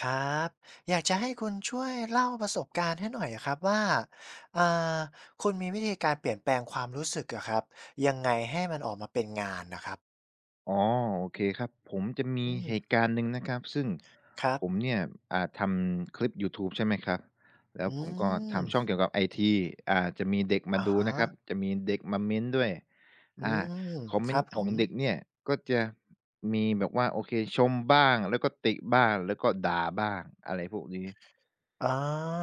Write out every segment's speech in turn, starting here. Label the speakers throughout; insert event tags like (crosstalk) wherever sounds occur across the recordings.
Speaker 1: ครับอยากจะให้คุณช่วยเล่าประสบการณ์ให้หน่อยอะครับว่าอ่าคุณมีวิธีการเปลี่ยนแปลงความรู้สึกอะครับยังไงให้มันออกมาเป็นงานน่ะครับ
Speaker 2: อ๋อโอเคครับผมจะมี
Speaker 1: อืม
Speaker 2: เหตุการณ์หนึ่งนะครับซึ่ง
Speaker 1: ครับ
Speaker 2: ผมเนี่ยทำคลิปยูทูบใช่ไหมครับแล้ว
Speaker 1: อื
Speaker 2: ผมก็ทำช่อง
Speaker 1: ม
Speaker 2: เกี่ยวกับไอทีจะมีเด็กมา
Speaker 1: อะ
Speaker 2: ดู
Speaker 1: ฮะ
Speaker 2: นะครับจะมีเด็กมาเม้นต์ด้วย
Speaker 1: อื
Speaker 2: อ่า
Speaker 1: ม
Speaker 2: คอมเม
Speaker 1: ค
Speaker 2: น
Speaker 1: รับ
Speaker 2: ต์
Speaker 1: ผ
Speaker 2: ขอ
Speaker 1: ม
Speaker 2: งเด็กเนี่ยก็จะมีแบบว่าโอเคชมบ้างแล้วก็ติบ้างแล้วก็ด่าบ้างอะไรพวกนี้
Speaker 1: อา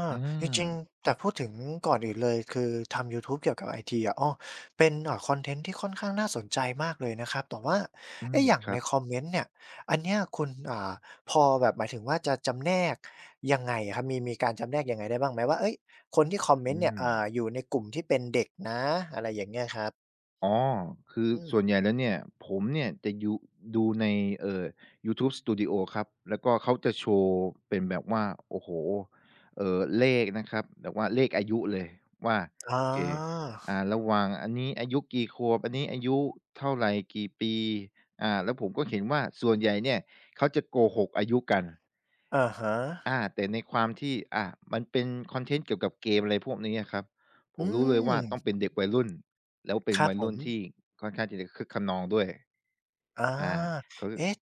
Speaker 2: อื
Speaker 1: จริง
Speaker 2: ม
Speaker 1: ๆแต่พูดถึงก่อนอื่นเลยคือทำยูทูบเกี่ยวกับไอทีอะอ้อเป็นคอนเทนต์ที่ค่อนข้างน่าสนใจมากเลยนะครับแต่ว่า
Speaker 2: อืม
Speaker 1: เอ๊ะอย่าง
Speaker 2: ครั
Speaker 1: ใน
Speaker 2: บ
Speaker 1: คอมเมนต์เนี่ยอันเนี้ยคุณพอแบบหมายถึงว่าจะจำแนกยังไงอะครับมีการจำแนกยังไงได้บ้างไหมว่าเฮ้ยคนที่คอมเมน
Speaker 2: อื
Speaker 1: ต์เนี่ย
Speaker 2: ม
Speaker 1: อยู่ในกลุ่มที่เป็นเด็กนะอะไรอย่างเงี้ยครับ
Speaker 2: อ๋อ คือ
Speaker 1: อืม
Speaker 2: ส่วนใหญ่แล้วเนี่ยผมเนี่ยจะดูในเอ่อยูทูบสตูดิโอครับแล้วก็เขาจะโชว์เป็นแบบว่าโอ้โฮเลขนะครับแบบว่าเลขอายุเลยว่า
Speaker 1: อ๋
Speaker 2: โอเค
Speaker 1: อ
Speaker 2: ระหว่างอันนี้อายุกี่ขวบอันนี้อายุเท่าไรกี่ปีแล้วผมก็เห็นว่าส่วนใหญ่เนี่ยเขาจะโกหกอายุกัน
Speaker 1: อะฮะ
Speaker 2: อาแต่ในความที่มันเป็นคอนเทนต์เกี่ยวกับเกมอะไรพวกนี้อะครับผ
Speaker 1: อื
Speaker 2: มรู้เลย
Speaker 1: ม
Speaker 2: ว่าต้องเป็นเด็กวัยรุ่นแล้วเป็
Speaker 1: ค
Speaker 2: น
Speaker 1: รับ
Speaker 2: วัย
Speaker 1: ผ
Speaker 2: รุ่
Speaker 1: ม
Speaker 2: นที่ค่อนข้างที่จะคึกคะนองด้วย
Speaker 1: อา
Speaker 2: อาเขา
Speaker 1: เอ๊ะ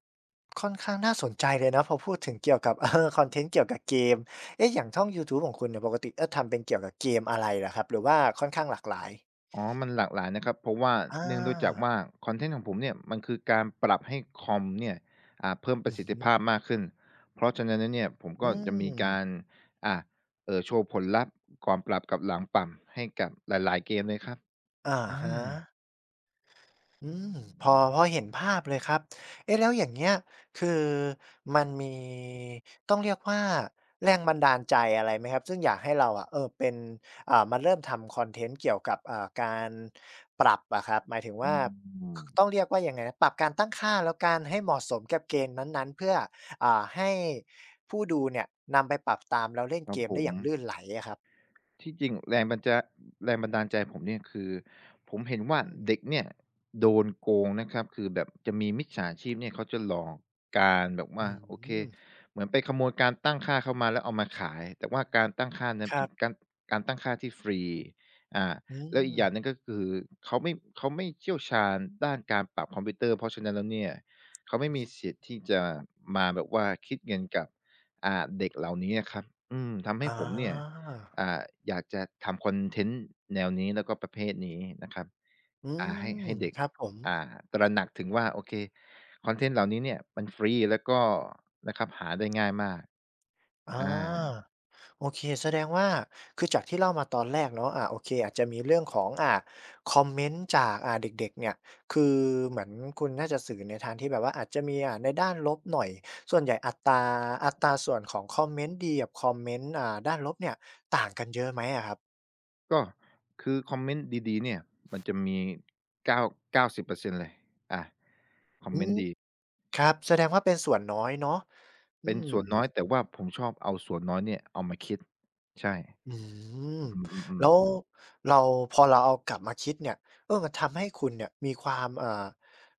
Speaker 1: ค่อนข้างน่าสนใจเลยนะพอพูดถึงเกี่ยวกับ (laughs) เออคอนเทนต์เกี่ยวกับเกมเอ๊ะอย่างช่องยูทูบของคุณเนี่ยปกติเออทำเป็นเกี่ยวกับเกมอะไรเหรอครับหรือว่าค่อนข้างหลากหลาย
Speaker 2: อ๋อมันหลากหลายนะครับเพราะว่า
Speaker 1: อา
Speaker 2: เนื่องด้วยจากว่าคอนเทนต์ของผมเนี่ยมันคือการปรับให้คอมเนี่ยเพิ่มป
Speaker 1: อื
Speaker 2: ระ
Speaker 1: อ
Speaker 2: สิท
Speaker 1: ฮึ
Speaker 2: ธิภาพมากขึ้นเพราะฉะนั้นแล้วเนี่ยผมก็
Speaker 1: อื
Speaker 2: จะมีการ
Speaker 1: ม
Speaker 2: อ่าโชว์ผลลัพธ์ก่อนปรับกับหลังปรับให้กับหลายๆเกมเลยครับ
Speaker 1: อะ
Speaker 2: อ
Speaker 1: ฮะ
Speaker 2: า
Speaker 1: อืมพอพอเห็นภาพเลยครับเอ๊ะแล้วอย่างเงี้ยคือมันมีต้องเรียกว่าแรงบันดาลใจอะไรไหมครับซึ่งอยากให้เราอะเออเป็นมาเริ่มทำคอนเทนต์เกี่ยวกับการปรับอะครับหมายถึง
Speaker 2: อื
Speaker 1: ว่าค
Speaker 2: ม
Speaker 1: ต้องเรียกว่ายังไงนะปรับการตั้งค่าแล้วกันให้เหมาะสมกับเกมนั้นๆเพื่อให้ผู้ดูเนี่ยนำไปปรับตามแล้วเล่น
Speaker 2: ครั
Speaker 1: เก
Speaker 2: บ
Speaker 1: ม
Speaker 2: ผ
Speaker 1: ได้
Speaker 2: ม
Speaker 1: อย่างลื่นไหลอะครับ
Speaker 2: ที่จริงแรงบันดาลใจผมเนี่ยคือผมเห็นว่า
Speaker 1: อืม
Speaker 2: เด็กเนี่ยโดนโกงนะครับคือแบบจะมีมิจฉาชีพเนี่ยเขาจะหลอกการแบบว่า
Speaker 1: อื
Speaker 2: โอเค
Speaker 1: ม
Speaker 2: เหมือนไปขโมยการตั้งค่าเข้ามาแล้วเอามาขายแต่ว่าการตั้งค่านั้น
Speaker 1: ค
Speaker 2: เป็
Speaker 1: รั
Speaker 2: น
Speaker 1: บ
Speaker 2: การการตั้งค่าที่ฟรีอ่า
Speaker 1: อื
Speaker 2: แล้วอี
Speaker 1: ม
Speaker 2: กอย่างหนึ่งก็คือเขาไม่เขาไม่เชี่ยวชาญด้านการปรับคอมพิวเตอร์เพราะฉะนั้นแล้วเนี่ยเขาไม่มีสิทธิ์ที่จะมาแบบว่าคิดเงินกับเด็กเหล่านี้นะครับอืมทำ
Speaker 1: อ
Speaker 2: ให้ผมเนี่ย
Speaker 1: า
Speaker 2: อ่าอยากจะทำคอนเทนต์แนวนี้แล้วก็ประเภทนี้นะครับ
Speaker 1: อืม
Speaker 2: ให้เด็ก
Speaker 1: ครับผม
Speaker 2: ตระหนักถึงว่าโอเคคอนเทนต์เหล่านี้เนี่ยมันฟรีแล้วก็นะครับหาได้ง่ายมาก
Speaker 1: อา
Speaker 2: อา
Speaker 1: โอเคแสดงว่าคือจากที่เล่ามาตอนแรกเนาะโอเคอาจจะมีเรื่องของคอมเมนต์จากเด็กๆเนี่ยคือเหมือนคุณน่าจะสื่อในทางที่แบบว่าอาจจะมีในด้านลบหน่อยส่วนใหญ่อัตราส่วนของคอมเมนต์ดีกับคอมเมนต์ด้านลบเนี่ยต่างกันเยอะไหมอะครับ
Speaker 2: ก็คือคอมเมนต์ดีๆเนี่ยมันจะมี9้0เก้าสิบเปอร์เซ็นเลยอาคอม
Speaker 1: อื
Speaker 2: เมน
Speaker 1: ม
Speaker 2: ต์ดี
Speaker 1: ครับแสดงว่าเป็นส่วนน้อยเนาะอื
Speaker 2: เป็น
Speaker 1: ม
Speaker 2: ส่วนน้อยแต่ว่าผมชอบเอาส่วนน้อยเนี่ยเอามาคิดใช่
Speaker 1: อืม
Speaker 2: อืมอมอืม
Speaker 1: แล้วเราพอเราเอากลับมาคิดเนี่ยเออมันทำให้คุณเนี่ยมีความเอ่อ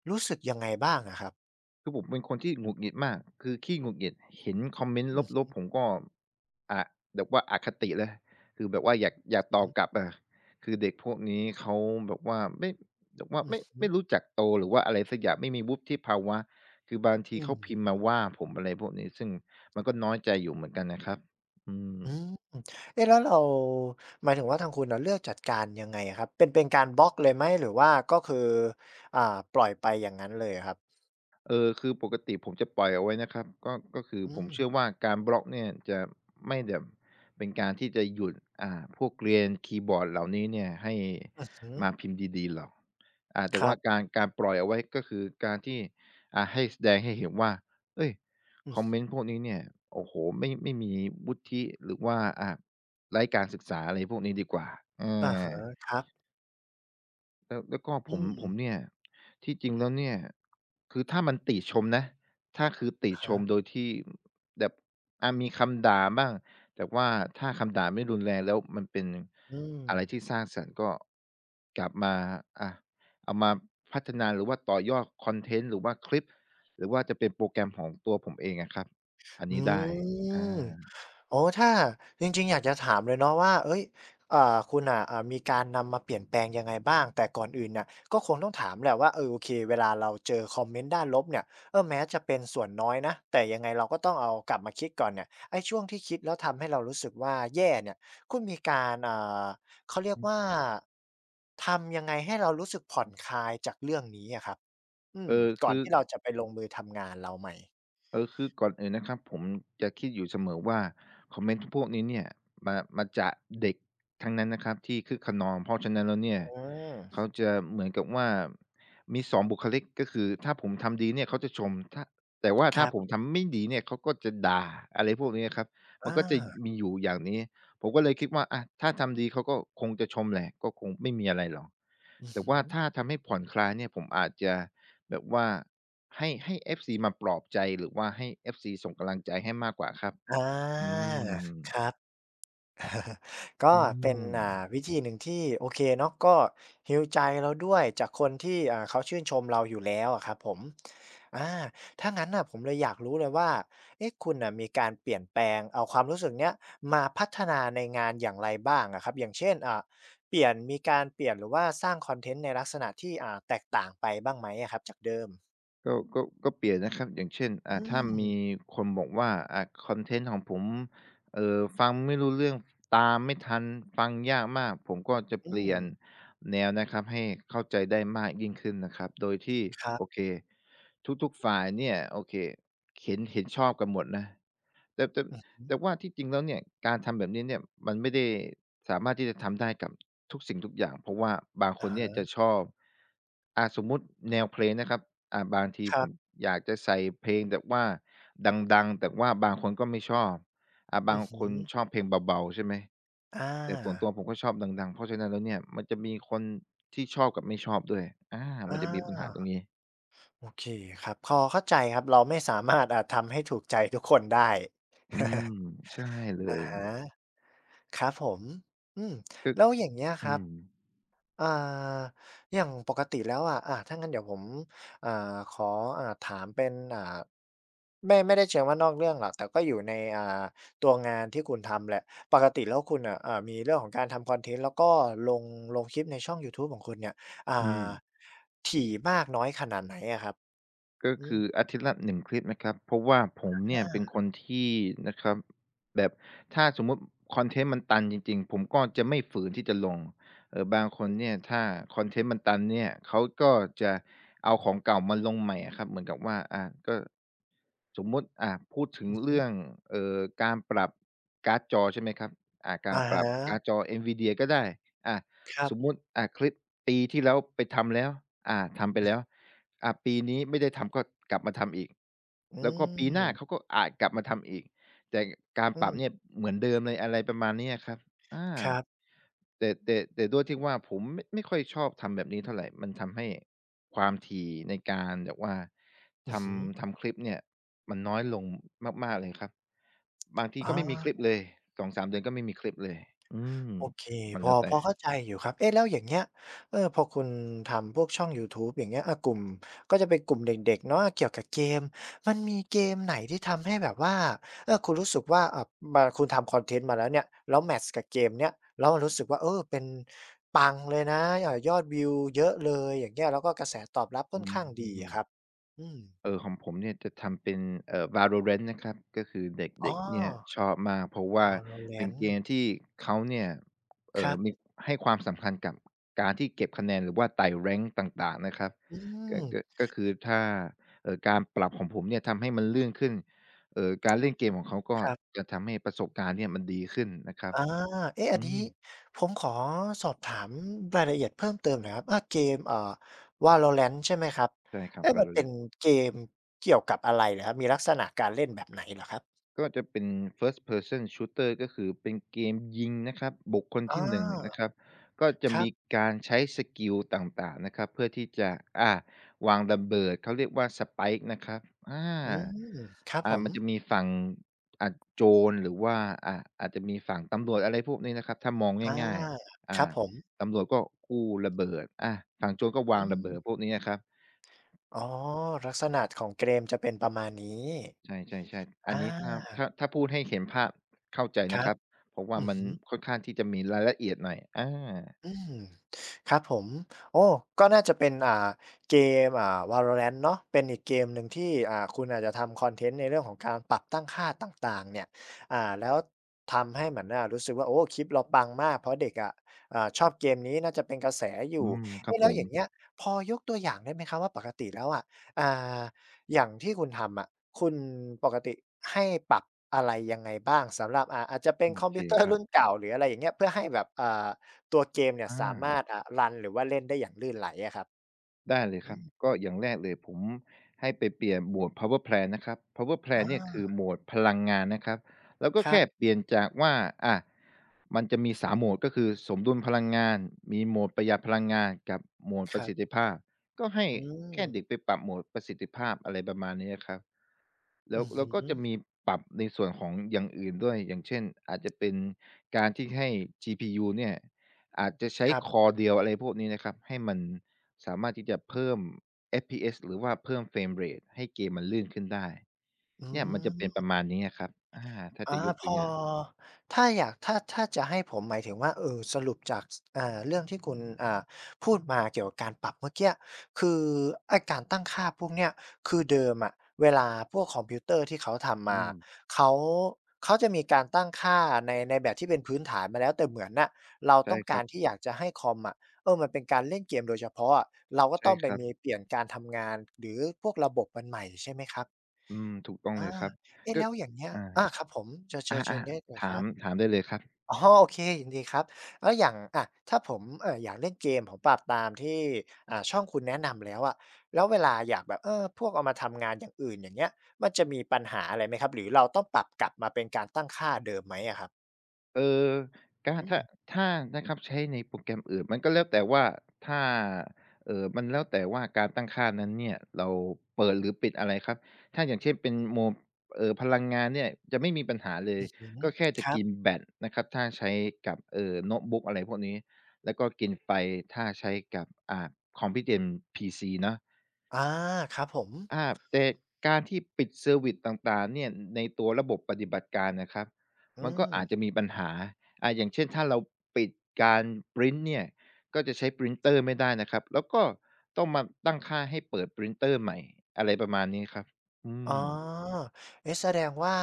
Speaker 1: รู้สึกยังไงบ้างอะครับ
Speaker 2: คือผมเป็นคนที่หงุดหงิดมาก คือขี้หงุดหงิดเห็นคอมเมนต์
Speaker 1: อือ
Speaker 2: ลบ
Speaker 1: ฮ
Speaker 2: ๆผมก็อะแบบว่าอคติเลยคือแบบว่าอยากตอบ
Speaker 1: ึ
Speaker 2: กลับอะคือเด็กพวกนี้เขาแบบว่าไม่แบบว่า
Speaker 1: อือฮึ
Speaker 2: ไม่รู้จักโตหรือว่าอะไรสักอย่างไม่มีวุฒิภาวะ คือบางที
Speaker 1: อืม
Speaker 2: เขาพิมพ์มาว่าผมอะไรพวกนี้ซึ่งมันก็น้อยใจอยู่เหมือนกันนะครับอืม
Speaker 1: อืมเอ๊ะแล้วเราหมายถึงว่าทางคุณน่ะเลือกจัดการยังไงอะครับเป็นการบล็อกเลยไหมหรือว่าก็คืออ่าปล่อยไปอย่างงั้นเลยอะครับ
Speaker 2: เออคือปกติผมจะปล่อยเอาไว้นะครับก็คือ
Speaker 1: อื
Speaker 2: ผม
Speaker 1: ม
Speaker 2: เชื่อว่าการบล็อกเนี่ยจะไม่แบบเป็นการที่จะหยุดพวกเกรียนคีย์บอร์ดเหล่านี้เนี่ยให้
Speaker 1: อือฮึ
Speaker 2: มาพิมพ์ดีๆหรอกแต่
Speaker 1: ครั
Speaker 2: ว่า
Speaker 1: บ
Speaker 2: การปล่อยเอาไว้ก็คือการที่ให้แสดงให้เห็นว่าเฮ้ย
Speaker 1: อื
Speaker 2: คอมเม
Speaker 1: อ
Speaker 2: นต์พวกนี้เนี่ยโอ้โฮไม่มีวุฒิหรือว่าไร้การศึกษาอะไรพวกนี้ดีกว่าเอ
Speaker 1: อะ
Speaker 2: อ
Speaker 1: ฮะครับ
Speaker 2: แล้วก็
Speaker 1: อืม
Speaker 2: ผมเนี่ยที่จริงแล้วเนี่ยคือถ้ามันติชมนะคือติ
Speaker 1: อะ
Speaker 2: ช
Speaker 1: ฮะ
Speaker 2: มโดยที่แบบอามีคำด่าบ้างแต่ว่าถ้าคำด่าไม่รุนแรงแล้วมันเป็น
Speaker 1: อืม
Speaker 2: อะไรที่สร้างสรรค์ก็กลับมาอาเอามาพัฒนาหรือว่าต่อยอดคอนเทนต์หรือว่าคลิปหรือว่าจะเป็นโปรแกรมของตัวผมเองอะครับอัน
Speaker 1: อื
Speaker 2: นี้ได้อ
Speaker 1: ม
Speaker 2: า
Speaker 1: โอ้ถ้าจริงๆอยากจะถามเลยเนาะว่าเฮ้ยอ่าคุณน่ะมีการนำมาเปลี่ยนแปลงยังไงบ้างแต่ก่อนอื่นเนี่ยก็คงต้องถามแหละว่าเออโอเคเวลาเราเจอคอมเมนต์ด้านลบเนี่ยเออแม้จะเป็นส่วนน้อยนะแต่ยังไงเราก็ต้องเอากลับมาคิดก่อนเนี่ยไอ้ช่วงที่คิดแล้วทำให้เรารู้สึกว่าแย่เนี่ยคุณมีการาเขาเรียกว่าทำยังไงให้เรารู้สึกผ่อนคลายจากเรื่องนี้อะครับอื
Speaker 2: เอ
Speaker 1: ม
Speaker 2: อ
Speaker 1: ก่อ
Speaker 2: คื
Speaker 1: น
Speaker 2: อ
Speaker 1: ที่เราจะไปลงมือทำงานเราใหม่
Speaker 2: เออคือก่อนอื่นนะครับผมจะคิดอยู่เสมอว่าคอมเมนต์พวกนี้เนี่ยมาจากเด็กทั้งนั้นนะครับที่คึกขนองเพราะฉะนั้นแล้วเนี่ย
Speaker 1: อืม
Speaker 2: เขาจะเหมือนกับว่ามี2บุคลิกก็คือถ้าผมทำดีเนี่ยเขาจะชมแต่ว่า
Speaker 1: ค
Speaker 2: ถ้า
Speaker 1: รั
Speaker 2: ผม
Speaker 1: บ
Speaker 2: ทำไม่ดีเนี่ยเขาก็จะด่าอะไรพวกนี้ครับมัน
Speaker 1: อา
Speaker 2: ก็จะมีอยู่อย่างนี้ผมก็เลยคิดว่าอะถ้าทำดีเขาก็คงจะชมแหละก็คงไม่มีอะไรหรอก
Speaker 1: อือ
Speaker 2: แต่
Speaker 1: ฮึ
Speaker 2: ว่าถ้าทำให้ผ่อนคลายเนี่ยผมอาจจะแบบว่า ให้ FC มาปลอบใจหรือว่าให้ FC ส่งกำลังใจให้มากกว่าครับ
Speaker 1: อา
Speaker 2: อืม
Speaker 1: ครับก็
Speaker 2: อื
Speaker 1: เป็น
Speaker 2: ม
Speaker 1: วิธีหนึ่งที่โอเคเนาะก็ฮ e a ใจเราด้วยจากคนที่เขาชื่นชมเราอยู่แล้วอะครับผมอาถ้างั้นน่ะผมเลยอยากรู้เลยว่าเอ๊ะคุณน่ะมีการเปลี่ยนแปลงเอาความรู้สึกเนี้ยมาพัฒนาในงานอย่างไรบ้างอะครับอย่างเช่นเปลี่ยนมีการเปลี่ยนหรือว่าสร้างคอนเทนต์ในลักษณะที่แตกต่างไปบ้างไหมอะครับจากเดิม
Speaker 2: ก็เปลี่ยนนะครับอย่างเช่น
Speaker 1: อื
Speaker 2: ถ้ามี
Speaker 1: ม
Speaker 2: คนบอกว่าคอนเทนต์ของผมฟังไม่รู้เรื่องตามไม่ทันฟังยากมากผมก็จะ
Speaker 1: อื
Speaker 2: เป
Speaker 1: ม
Speaker 2: ลี่ยนแนวนะครับให้เข้าใจได้มากยิ่งขึ้นนะครับโดยที่
Speaker 1: ครั
Speaker 2: โอ
Speaker 1: บ
Speaker 2: เคทุกๆฝ่ายเนี่ยโอเคเห็นชอบกันหมดนะ แต่
Speaker 1: อือฮึ
Speaker 2: แต่ว่าที่จริงแล้วเนี่ยการทำแบบนี้เนี่ยมันไม่ได้สามารถที่จะทำได้กับทุกสิ่งทุกอย่างเพราะว่าบางค
Speaker 1: อะ
Speaker 2: นเนี่ยจะ
Speaker 1: ฮะ
Speaker 2: ชอบสมมุติแนวเพลงนะครับบางที
Speaker 1: ค
Speaker 2: ผ
Speaker 1: รั
Speaker 2: ม
Speaker 1: บ
Speaker 2: อยากจะใส่เพลงแบบว่าดังๆแต่ว่าบางคนก็ไม่ชอบบา
Speaker 1: อื
Speaker 2: ง
Speaker 1: อ
Speaker 2: ค
Speaker 1: ฮึ
Speaker 2: นชอบเพลงเบาๆใช่ไหม
Speaker 1: อา
Speaker 2: แต่ส่วนตัวผมก็ชอบดังๆเพราะฉะนั้นแล้วเนี่ยมันจะมีคนที่ชอบกับไม่ชอบด้วยอา
Speaker 1: อ
Speaker 2: มันจะมีปัญหาตร
Speaker 1: า
Speaker 2: งนี้
Speaker 1: โอเคครับพอเข้าใจครับ เราไม่สามารถทำให้ถูกใจทุกคนได้
Speaker 2: อืม
Speaker 1: (laughs)
Speaker 2: ใช่เล
Speaker 1: อะ
Speaker 2: ย
Speaker 1: ฮะครับผมอืม
Speaker 2: ก็
Speaker 1: แล้วอย่างเงี้ยค
Speaker 2: อื
Speaker 1: รับ
Speaker 2: ม
Speaker 1: อ่าอย่างปกติแล้วอะอาถ้างั้นเดี๋ยวผมอ่าขอถามเป็นไม่ได้เชิงว่านอกเรื่องหรอกแต่ก็อยู่ในตัวงานที่คุณทำแหละปกติแล้วคุณน่ะมีเรื่องของการทำคอนเทนต์แล้วก็ลงลงคลิปในช่องยูทูบของคุณเนี่ยอ่
Speaker 2: อืม
Speaker 1: าถี่มากน้อยขนาดไหนอะครับ
Speaker 2: ก็
Speaker 1: อืม
Speaker 2: คืออาทิตย์ละ1คลิปนะครับเพราะว่าผมเนี่ย
Speaker 1: อา
Speaker 2: เป็นคนที่นะครับแบบถ้าสมมุติคอนเทนต์มันตันจริงๆผมก็จะไม่ฝืนที่จะลงบางคนเนี่ยถ้าคอนเทนต์มันตันเนี่ยเขาก็จะเอาของเก่ามาลงใหม่อะครับเหมือนกับว่าอาก็ สมมุติพูดถึง
Speaker 1: อือฮึ
Speaker 2: เรื่องการปรับการ์ดจอใช่ไหมครับการ
Speaker 1: อะ
Speaker 2: ปรับการ์ด
Speaker 1: ฮะ
Speaker 2: จอ NVIDIA ก็ได้อ่า
Speaker 1: ครับ
Speaker 2: สมมุติคลิปปีที่แล้วไปทำแล้วทำไปแล้วปีนี้ไม่ได้ทำก็กลับมาทำอีก
Speaker 1: อื
Speaker 2: แล้วก็ปีหน้าเขา
Speaker 1: ม
Speaker 2: ก็อาจกลับมาทำอีกแต่การ
Speaker 1: อื
Speaker 2: ปรับเนี่ย
Speaker 1: ม
Speaker 2: เหมือนเดิมเลยอะไรประมาณนี้อะครับอา
Speaker 1: ครับ
Speaker 2: แต่ด้วยที่ว่าผมไม่ค่อยชอบทำแบบนี้เท่าไรมันทำให้ความถี่ในการแบบว่า
Speaker 1: อื
Speaker 2: ท
Speaker 1: อฮึ
Speaker 2: ำทำคลิปเนี่ยมันน้อยลงมากๆเลยครับบางทีก็
Speaker 1: อา
Speaker 2: ไม่มีคลิปเลยสองสามเดือนก็ไม่มีคลิปเลยอืม
Speaker 1: โอเค
Speaker 2: มัน
Speaker 1: พ
Speaker 2: แล้
Speaker 1: อ
Speaker 2: ว
Speaker 1: พอ
Speaker 2: แต่
Speaker 1: เข้าใจอยู่ครับเอ๊ะแล้วอย่างเงี้ยเออพอคุณทำพวกช่องยูทูบอย่างเงี้ยอะกลุ่มก็จะเป็นกลุ่มเด็กๆเนาะเกี่ยวกับเกมมันมีเกมไหนที่ทำให้แบบว่าเออคุณรู้สึกว่ามาคุณทำคอนเทนต์มาแล้วเนี่ยแล้วแมตช์กับเกมเนี้ยแล้วมันรู้สึกว่าเออเป็นปังเลยนะยอดวิวเยอะเลยอย่างเงี้ยแล้วก็กระแสตอบรับค่
Speaker 2: อื
Speaker 1: อนข้างดีอะ
Speaker 2: ม
Speaker 1: ครับอืม
Speaker 2: เออของผมเนี่ยจะทำเป็นValorant นะครับก็คือเ
Speaker 1: อ๋
Speaker 2: ด็
Speaker 1: อ
Speaker 2: กๆเนี่ยชอบมากเพราะว่าเป็นเกม
Speaker 1: Valorant
Speaker 2: ที่เขาเนี่ย
Speaker 1: ครับ
Speaker 2: มีให้ความสำคัญกับการที่เก็บคะแนนหรือว่าไต่ rank ต่างๆนะครับ
Speaker 1: อื
Speaker 2: ก็
Speaker 1: ม
Speaker 2: ก็ก็คือถ้าการปรับของผมเนี่ยทำให้มันเลื่อนขึ้นการเล่นเกมของเขาก็
Speaker 1: ครับ
Speaker 2: จะทำให้ประสบการณ์เนี่ยมันดีขึ้นนะครับ
Speaker 1: อาเอ๊ะอัน
Speaker 2: อื
Speaker 1: นี้
Speaker 2: ม
Speaker 1: ผมขอสอบถามรายละเอียดเพิ่มเติมหน่อยครับเกมValorant ใช่ไหมครับ
Speaker 2: ใช่ครับ
Speaker 1: เอ๊ะมันเป็น
Speaker 2: Valorant
Speaker 1: เกมเกี่ยวกับอะไรเหรอครับมีลักษณะการเล่นแบบไหนเหรอครับ
Speaker 2: ก็จะเป็น First Person Shooter ก็คือเป็นเกมยิงนะครับบุคคล
Speaker 1: อา
Speaker 2: ที่1นงนะครับก็จะ
Speaker 1: ครั
Speaker 2: มี
Speaker 1: บ
Speaker 2: การใช้สกิลต่างๆนะครับเพื่อที่จะอ่าวางระเบิดเขาเรียกว่า Spike นะครับอา
Speaker 1: อืมครับผม
Speaker 2: มันจะมีฝั่งอ่าโจรหรือว่าอาจจะมีฝั่งตำรวจอะไรพวกนี้นะครับถ้ามอง
Speaker 1: อา
Speaker 2: ง่ายๆ
Speaker 1: ครับผม
Speaker 2: ตำรวจก็กู้ระเบิดอาฝั่งโจรก็วาง
Speaker 1: อื
Speaker 2: ระ
Speaker 1: ม
Speaker 2: เบิดพวกนี้นะครับ
Speaker 1: อ๋อลักษณะของเกมจะเป็นประมาณนี้
Speaker 2: ใช่ๆๆอั
Speaker 1: อ
Speaker 2: นนี้ถ้า
Speaker 1: า
Speaker 2: ถ้าถ้าพูดให้เห็นภาพเข้าใจ
Speaker 1: ค
Speaker 2: นะ
Speaker 1: รั
Speaker 2: ค
Speaker 1: บ
Speaker 2: รับ เพราะว่า
Speaker 1: อือ
Speaker 2: มัน
Speaker 1: ฮึ
Speaker 2: ค่อนข้างที่จะมีรายละเอียดหน่อยอา
Speaker 1: อืมครับผมโอ้ก็น่าจะเป็นเกมValorant เนาะเป็นอีกเกมหนึ่งที่คุณอาจจะทำคอนเทนต์ในเรื่องของการปรับตั้งค่าต่างๆเนี่ยแล้วทำให้เหมือนรู้สึกว่าโอ้คลิปเราปังมากเพราะเด็กอะชอบเกมนี้น่าจะเป็นกระแสอ
Speaker 2: อื
Speaker 1: ยู่
Speaker 2: มครับ
Speaker 1: เอ๊ะ
Speaker 2: ผ
Speaker 1: แล้วอ
Speaker 2: ม
Speaker 1: ย่างเงี้ยพอยกตัวอย่างได้ไหมครับว่าปกติแล้วอะอ่าอย่างที่คุณทำอะคุณปกติให้ปรับอะไรยังไงบ้างสำหรับอาจจะเป็น
Speaker 2: โอ
Speaker 1: คอม
Speaker 2: เค
Speaker 1: พิวเตอ
Speaker 2: ค
Speaker 1: ร์
Speaker 2: รับ
Speaker 1: รุ่นเก่าหรืออะไรอย่างเงี้ยเพื่อให้แบบตัวเกมเนี่ย
Speaker 2: อา
Speaker 1: สามารถรันหรือว่าเล่นได้อย่างลื่นไหลอะครับ
Speaker 2: ได้เลย
Speaker 1: อื
Speaker 2: ครับ
Speaker 1: ม
Speaker 2: ก็อย่างแรกเลยผมให้ไปเปลี่ยนหมวด power plant นะครับ power plant เนี่ยคื
Speaker 1: อา
Speaker 2: อโหมวดพลังงานนะครับแล้วก็
Speaker 1: ครั
Speaker 2: แค่เป
Speaker 1: บ
Speaker 2: ลี่ยนจากว่าอามันจะมีสามโหมดก็คือสมดุลพลังงานมีโหมดประหยัดพลังงานกับโหมด
Speaker 1: ค
Speaker 2: ประ
Speaker 1: รั
Speaker 2: สิท
Speaker 1: บ
Speaker 2: ธิภาพก็ให้
Speaker 1: อืม
Speaker 2: แค่เด็กไปปรับโหมดประสิทธิภาพอะไรประมาณนี้อะครับแล้
Speaker 1: อื
Speaker 2: ว
Speaker 1: อ
Speaker 2: แล้วก็
Speaker 1: ฮึ
Speaker 2: จะมีปรับในส่วนของอย่างอื่นด้วยอย่างเช่นอาจจะเป็นการที่ให้ GPU เนี่ยอาจจะใช้
Speaker 1: ครับ
Speaker 2: Core เดียวอะไรพวกนี้นะครับให้มัน สามารถที่จะเพิ่ม FPS หรือว่าเพิ่ม Frame Rate ให้เกมมันลื่นขึ้นได้
Speaker 1: อื
Speaker 2: เนี่ยมันจะเป็นป
Speaker 1: ม
Speaker 2: ระมาณนี้อะครับอาถ้าจะ
Speaker 1: อา
Speaker 2: ยก
Speaker 1: พ
Speaker 2: ตัว
Speaker 1: อ
Speaker 2: อย่าง
Speaker 1: ถ้าอยากถ้าถ้าจะให้ผมหมายถึงว่าสรุปจากเรื่องที่คุณพูดมาเกี่ยวกับการปรับเมื่อกี้คือไอ้การตั้งค่าพวกเนี้ยคือเดิมอะเวลาพวกคอมพิวเตอร์ที่เขาทำ
Speaker 2: อื
Speaker 1: มา
Speaker 2: ม
Speaker 1: เขาเขาจะมีการตั้งค่าในในแบบที่เป็นพื้นฐานมาแล้วแต่เหมือนน่ะเรา
Speaker 2: ใช่
Speaker 1: ต้อง
Speaker 2: ค
Speaker 1: กา
Speaker 2: รั
Speaker 1: ร
Speaker 2: บ
Speaker 1: ที่อยากจะให้คอมอะเออมันเป็นการเล่นเกมโดยเฉพาะอะเราก็
Speaker 2: ใช่
Speaker 1: ต้องไป
Speaker 2: ครับ
Speaker 1: มีเปลี่ยนการทำงานหรือพวกระบบมันใหม่ใช่ไหมครับ
Speaker 2: อืมถูกต้องเล
Speaker 1: อา
Speaker 2: ยครับ
Speaker 1: เอ๊ะ
Speaker 2: ก็
Speaker 1: แล้วอย่างเงี้ย
Speaker 2: อา
Speaker 1: อาครับผมเชิญเชิ
Speaker 2: อา
Speaker 1: ญเชิญได้เล
Speaker 2: ๆ
Speaker 1: ยค
Speaker 2: ถา
Speaker 1: รั
Speaker 2: ม
Speaker 1: บ
Speaker 2: ถามได้เลยครับ
Speaker 1: อ๋อโอเคยินดีครับแล้วอย่างอะถ้าผมอยากเล่นเกมผมปรับตามที่ช่องคุณแนะนำแล้วอะแล้วเวลาอยากแบบเออพวกเอามาทำงานอย่างอื่นอย่างเงี้ยมันจะมีปัญหาอะไรไหมครับหรือเราต้องปรับกลับมาเป็นการตั้งค่าเดิมไหมอะครับ
Speaker 2: เออการ
Speaker 1: อืม
Speaker 2: ถ้านะครับใช้ในโปรแกรมอื่นมันก็แล้วแต่ว่าถ้ามันแล้วแต่ว่าการตั้งค่านั้นเนี่ยเราเปิดหรือปิดอะไรครับถ้าอย่างเช่นเป็นโหมดพลังงานเนี่ยจะไม่มีปัญหาเลย
Speaker 1: อือฮึ
Speaker 2: ก็แค่
Speaker 1: ค
Speaker 2: จะ
Speaker 1: รับ
Speaker 2: กินแบตนะครับถ้าใช้กับโน้ตบุ๊กอะไรพวกนี้แล้วก็กินไฟถ้าใช้กับคอมที่เป็น PC เนาะ
Speaker 1: อาครับผม
Speaker 2: อาแต่การที่ปิดเซอร์วิสต่างๆเนี่ยในตัวระบบปฏิบัติการนะครับ
Speaker 1: อื
Speaker 2: มันก็
Speaker 1: ม
Speaker 2: อาจจะมีปัญหาอย่างเช่นถ้าเราปิดการปรินเนี่ยก็จะใช้ปรินเตอร์ไม่ได้นะครับแล้วก็ต้องมาตั้งค่าให้เปิดปรินเตอร์ใหม่อะไรประมาณนี้ครับอื
Speaker 1: อ๋อ
Speaker 2: ม
Speaker 1: เอ๊ะแสดงว่า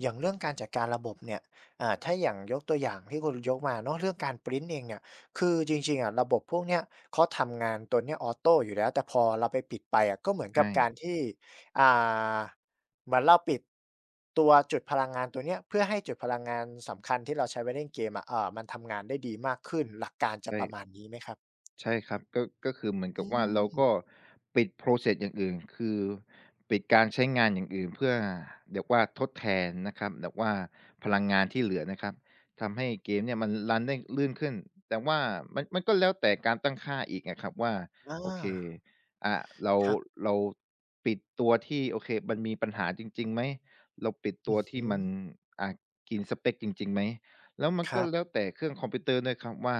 Speaker 1: อย่างเรื่องการจัดการระบบเนี่ยถ้าอย่างยกตัวอย่างที่คุณยกมาเนาะเรื่องการพรินต์เองเนี่ยคือจริงๆอะระบบพวกเนี้ยเขาทำงานตัวเนี้ยออโตอยู่แล้วแต่พอเราไปปิดไปอะก็เหมือนกับ
Speaker 2: ใช่
Speaker 1: การที่อ่าเหมือนเราปิดตัวจุดพลังงานตัวเนี้ยเพื่อให้จุดพลังงานสำคัญที่เราใช้ไว้เล่นเกมอะมันทำงานได้ดีมากขึ้นหลักการจะประมาณ
Speaker 2: ใช่
Speaker 1: นี้ไหมครับ
Speaker 2: ใช่ครับก็คือเหมือน
Speaker 1: อื
Speaker 2: กับว่าเรา
Speaker 1: ม
Speaker 2: ก็ปิด process อย่างอื่นคือปิดการใช้งานอย่างอื่นเพื่อแบบว่าทดแทนนะครับแบบว่าพลังงานที่เหลือนะครับทำให้เกมเนี่ยมันรันได้ลื่นขึ้นแต่ว่ามันก็แล้วแต่การตั้งค่าอีกอะครับว่า
Speaker 1: อา
Speaker 2: โอเคอ่าเรา
Speaker 1: ครับ
Speaker 2: เราปิดตัวที่โอเคมันมีปัญหาจริงๆไหมเราปิด
Speaker 1: อื
Speaker 2: ตัว
Speaker 1: อ
Speaker 2: ที่
Speaker 1: ฮึ
Speaker 2: มันอ่ากินสเปกจริงๆไหมแล้วมัน
Speaker 1: ค
Speaker 2: ก็
Speaker 1: รั
Speaker 2: แล้
Speaker 1: บ
Speaker 2: วแต่เครื่องคอมพิวเตอร์ด้วยครับว่า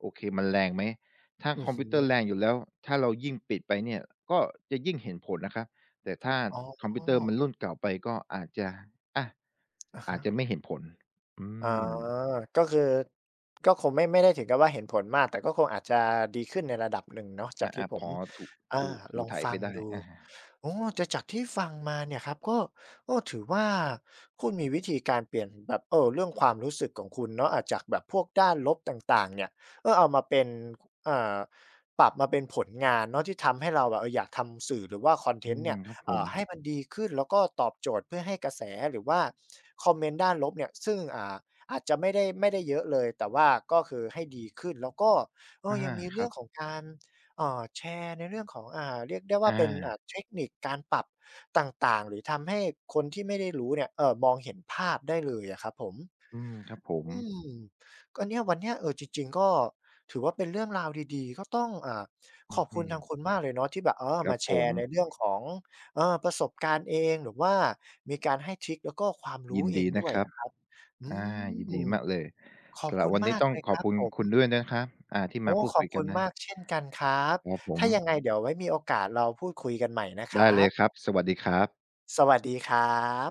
Speaker 2: โอเคมันแรงไหม ถ้า
Speaker 1: อื
Speaker 2: ค
Speaker 1: อ
Speaker 2: อม
Speaker 1: ฮึ
Speaker 2: พิวเตอร์แรงอยู่แล้วถ้าเรายิ่งปิดไปเนี่ยก็จะยิ่งเห็นผลนะครับแต่ถ้า
Speaker 1: อ๋อ
Speaker 2: คอมพิวเตอร์มันรุ่นเก่าไปก็อาจจะอา
Speaker 1: อะ
Speaker 2: อา
Speaker 1: ฮะ
Speaker 2: จจะไม่เห็นผลอื
Speaker 1: อ๋อ
Speaker 2: ม
Speaker 1: ก็คือก็คงไม่ได้ถึงกับว่าเห็นผลมากแต่ก็คงอาจจะดีขึ้นในระดับหนึ่งเนาะจาก
Speaker 2: อา
Speaker 1: ที่ผ
Speaker 2: ๆพ
Speaker 1: ม
Speaker 2: อถู
Speaker 1: อา
Speaker 2: ถู
Speaker 1: ลอง
Speaker 2: ไถ
Speaker 1: ฟั
Speaker 2: ไป
Speaker 1: ง
Speaker 2: ได้
Speaker 1: ดู
Speaker 2: อา
Speaker 1: โอ้แต่จากที่ฟังมาเนี่ยครับก็ก็ถือว่าคุณมีวิธีการเปลี่ยนแบบเรื่องความรู้สึกของคุณเนาะอาจจากแบบพวกด้านลบต่างๆเนี่ยก็เอามาเป็นเอ่อปรับมาเป็นผลงานเนาะที่ทำให้เราอะเอออยากทำสื่อหรือว่าคอนเท
Speaker 2: อื
Speaker 1: นต์
Speaker 2: ม
Speaker 1: เนี่ย
Speaker 2: ครับผม
Speaker 1: ให้มันดีขึ้นแล้วก็ตอบโจทย์เพื่อให้กระแสหรือว่าคอมเมนต์ด้านลบเนี่ยซึ่งอาจจะไม่ได้เยอะเลยแต่ว่าก็คือให้ดีขึ้นแล้วก็เออ
Speaker 2: อา
Speaker 1: ยังมี
Speaker 2: ค
Speaker 1: เรื่
Speaker 2: รั
Speaker 1: องข
Speaker 2: บ
Speaker 1: องการแชร์ในเรื่องของเรียกได้ว่า
Speaker 2: อา
Speaker 1: เป็นเทคนิคการปรับต่างๆหรือทำให้คนที่ไม่ได้รู้เนี่ยมองเห็นภาพได้เลยอะครับผม
Speaker 2: อืมครับผม
Speaker 1: อืมก็เนี่ยวันเนี้ยเออจริงๆก็ถือว่าเป็นเรื่องราวดีๆก็ต้องข
Speaker 2: อื
Speaker 1: อบคุณทาง
Speaker 2: ม
Speaker 1: คุณมากเลยเนาะที่แบบเออ
Speaker 2: ครั
Speaker 1: มา
Speaker 2: บ
Speaker 1: แช
Speaker 2: ผม
Speaker 1: ร์ในเรื่องของเออประสบการณ์เองหรือว่ามีการให้ทริกแล้วก็ความรู้
Speaker 2: ยิน
Speaker 1: เอ
Speaker 2: ดี
Speaker 1: งด้
Speaker 2: นะ
Speaker 1: วย
Speaker 2: ครับ
Speaker 1: อะครับอื
Speaker 2: อายิน
Speaker 1: ม
Speaker 2: ดีมากเลย
Speaker 1: ขอบ
Speaker 2: สำหรับ
Speaker 1: คุณ
Speaker 2: วัน
Speaker 1: มา
Speaker 2: นี้
Speaker 1: ก
Speaker 2: ต้อง
Speaker 1: เลย
Speaker 2: ข
Speaker 1: ค
Speaker 2: อบ
Speaker 1: รับ
Speaker 2: คุณ
Speaker 1: ผม
Speaker 2: คุณด้วยนะครับที่มา
Speaker 1: โอ้
Speaker 2: พูด
Speaker 1: ขอ
Speaker 2: คุ
Speaker 1: บ
Speaker 2: ยกั
Speaker 1: คุ
Speaker 2: น
Speaker 1: ณ
Speaker 2: นะ
Speaker 1: มากเช่นกันครับ
Speaker 2: ครับผม
Speaker 1: ถ้ายังไงเดี๋ยวไว้มีโอกาสเราพูดคุยกันใหม่นะค
Speaker 2: ได้
Speaker 1: รั
Speaker 2: เล
Speaker 1: บ
Speaker 2: ยครับสวัสดีครับ
Speaker 1: สวัสดีครับ